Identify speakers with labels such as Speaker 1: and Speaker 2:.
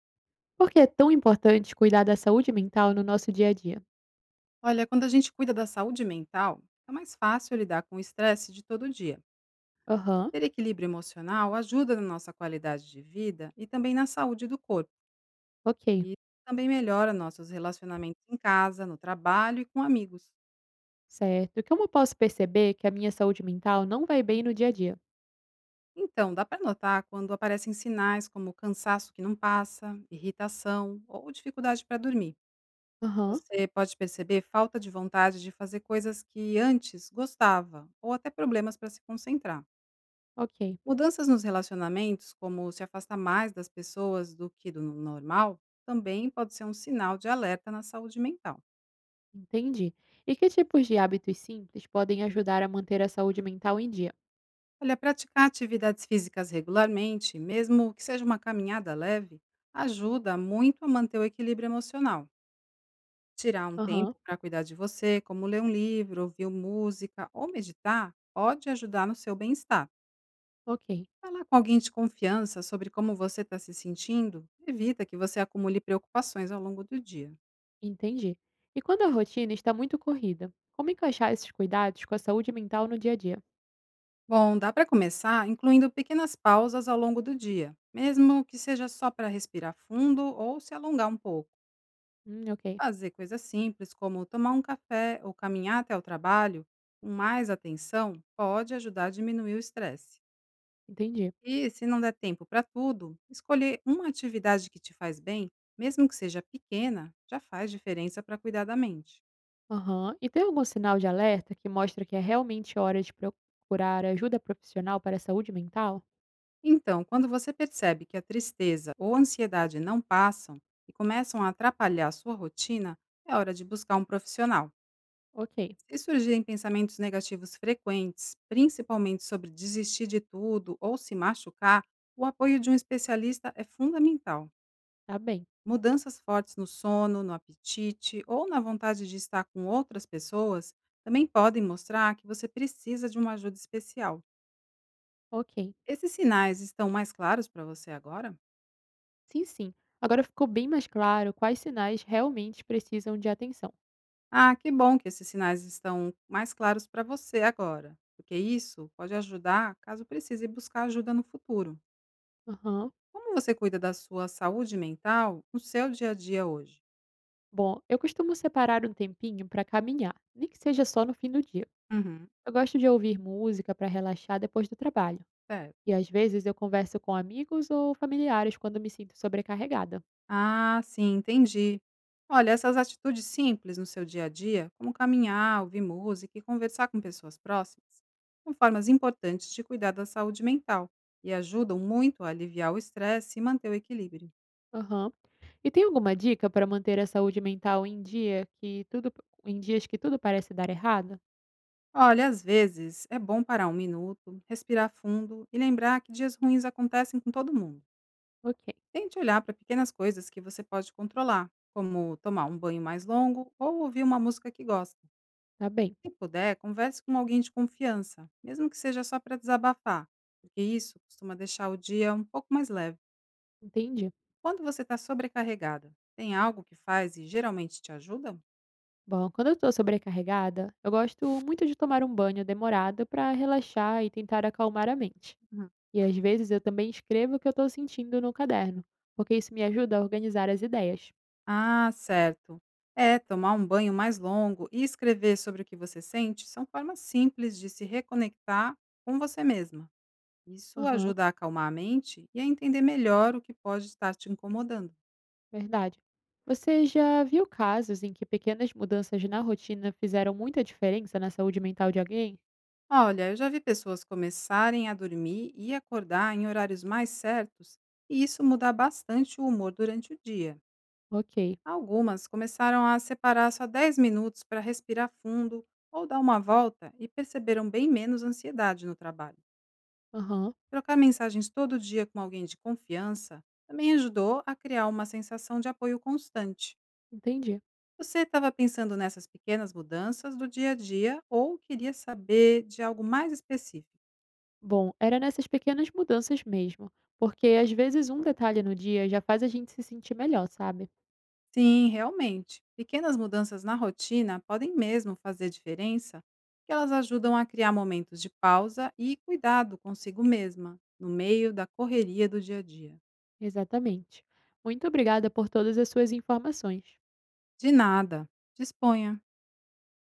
Speaker 1: Por que é tão importante cuidar da saúde mental no nosso dia a dia?
Speaker 2: Olha, quando a gente cuida da saúde mental, é mais fácil lidar com o estresse de todo dia.
Speaker 1: Aham,
Speaker 2: Ter equilíbrio emocional ajuda na nossa qualidade de vida e também na saúde do corpo.
Speaker 1: ok,
Speaker 2: E também melhora nossos relacionamentos em casa, no trabalho e com amigos.
Speaker 1: certo. Como eu posso perceber é que a minha saúde mental não vai bem no dia a dia?
Speaker 2: Então, dá para notar quando aparecem sinais como cansaço que não passa, irritação ou dificuldade para dormir.
Speaker 1: Aham,
Speaker 2: Você pode perceber falta de vontade de fazer coisas que antes gostava ou até problemas para se concentrar.
Speaker 1: ok,
Speaker 2: Mudanças nos relacionamentos, como se afastar mais das pessoas do que do normal, também pode ser um sinal de alerta na saúde mental.
Speaker 1: entendi. E que tipos de hábitos simples podem ajudar a manter a saúde mental em dia?
Speaker 2: Olha, praticar atividades físicas regularmente, mesmo que seja uma caminhada leve, ajuda muito a manter o equilíbrio emocional. Tirar um tempo
Speaker 1: Aham,
Speaker 2: para cuidar de você, como ler um livro, ouvir música ou meditar, pode ajudar no seu bem-estar.
Speaker 1: ok,
Speaker 2: Falar com alguém de confiança sobre como você está se sentindo evita que você acumule preocupações ao longo do dia.
Speaker 1: entendi. E quando a rotina está muito corrida, como encaixar esses cuidados com a saúde mental no dia a dia?
Speaker 2: Bom, dá para começar incluindo pequenas pausas ao longo do dia, mesmo que seja só para respirar fundo ou se alongar um pouco.
Speaker 1: Ok,
Speaker 2: Fazer coisas simples como tomar um café ou caminhar até o trabalho com mais atenção pode ajudar a diminuir o estresse.
Speaker 1: entendi.
Speaker 2: E se não der tempo para tudo, escolher uma atividade que te faz bem, mesmo que seja pequena, já faz diferença para cuidar da mente.
Speaker 1: Aham. E tem algum sinal de alerta que mostra que é realmente hora de procurar ajuda profissional para a saúde mental?
Speaker 2: Então, quando você percebe que a tristeza ou ansiedade não passam e começam a atrapalhar a sua rotina, é hora de buscar um profissional.
Speaker 1: Ok,
Speaker 2: Se surgirem pensamentos negativos frequentes, principalmente sobre desistir de tudo ou se machucar, o apoio de um especialista é fundamental.
Speaker 1: tá bem.
Speaker 2: Mudanças fortes no sono, no apetite ou na vontade de estar com outras pessoas também podem mostrar que você precisa de uma ajuda especial.
Speaker 1: Ok.
Speaker 2: Esses sinais estão mais claros para você agora?
Speaker 1: Sim, sim. Agora ficou bem mais claro quais sinais realmente precisam de atenção.
Speaker 2: Ah, que bom que esses sinais estão mais claros para você agora, porque isso pode ajudar caso precise buscar ajuda no futuro.
Speaker 1: Aham.
Speaker 2: Como você cuida da sua saúde mental no seu dia a dia hoje?
Speaker 1: Bom, eu costumo separar um tempinho para caminhar, nem que seja só no fim do dia.
Speaker 2: Uhum,
Speaker 1: Eu gosto de ouvir música para relaxar depois do trabalho.
Speaker 2: certo.
Speaker 1: E às vezes eu converso com amigos ou familiares quando me sinto sobrecarregada.
Speaker 2: Ah, sim, entendi. Olha, essas atitudes simples no seu dia a dia, como caminhar, ouvir música e conversar com pessoas próximas, são formas importantes de cuidar da saúde mental e ajudam muito a aliviar o estresse e manter o equilíbrio.
Speaker 1: Aham. E tem alguma dica para manter a saúde mental em dia que tudo em dias que tudo parece dar errado?
Speaker 2: Olha, às vezes é bom parar um minuto, respirar fundo e lembrar que dias ruins acontecem com todo mundo.
Speaker 1: Ok,
Speaker 2: Tente olhar para pequenas coisas que você pode controlar, como tomar um banho mais longo ou ouvir uma música que gosta.
Speaker 1: tá bem,
Speaker 2: Se puder, converse com alguém de confiança, mesmo que seja só para desabafar, porque isso costuma deixar o dia um pouco mais leve.
Speaker 1: entendi.
Speaker 2: Quando você está sobrecarregada, tem algo que faz e geralmente te ajuda?
Speaker 1: Bom, quando eu estou sobrecarregada, eu gosto muito de tomar um banho demorado para relaxar e tentar acalmar a mente. E às vezes eu também escrevo o que eu estou sentindo no caderno, porque isso me ajuda a organizar as ideias.
Speaker 2: Ah, certo. É, tomar um banho mais longo e escrever sobre o que você sente são formas simples de se reconectar com você mesma. Isso
Speaker 1: Aham,
Speaker 2: ajuda a acalmar a mente e a entender melhor o que pode estar te incomodando.
Speaker 1: verdade. Você já viu casos em que pequenas mudanças na rotina fizeram muita diferença na saúde mental de alguém?
Speaker 2: Olha, eu já vi pessoas começarem a dormir e acordar em horários mais certos, e isso muda bastante o humor durante o dia.
Speaker 1: Ok,
Speaker 2: Algumas começaram a separar só 10 minutos para respirar fundo ou dar uma volta e perceberam bem menos ansiedade no trabalho.
Speaker 1: aham,
Speaker 2: Trocar mensagens todo dia com alguém de confiança também ajudou a criar uma sensação de apoio constante.
Speaker 1: entendi.
Speaker 2: Você estava pensando nessas pequenas mudanças do dia a dia ou queria saber de algo mais específico?
Speaker 1: Bom, era nessas pequenas mudanças mesmo, porque às vezes um detalhe no dia já faz a gente se sentir melhor, sabe?
Speaker 2: Sim, realmente. Pequenas mudanças na rotina podem mesmo fazer diferença, porque elas ajudam a criar momentos de pausa e cuidado consigo mesma, no meio da correria do dia a dia.
Speaker 1: Exatamente. Muito obrigada por todas as suas informações.
Speaker 2: De nada. Disponha.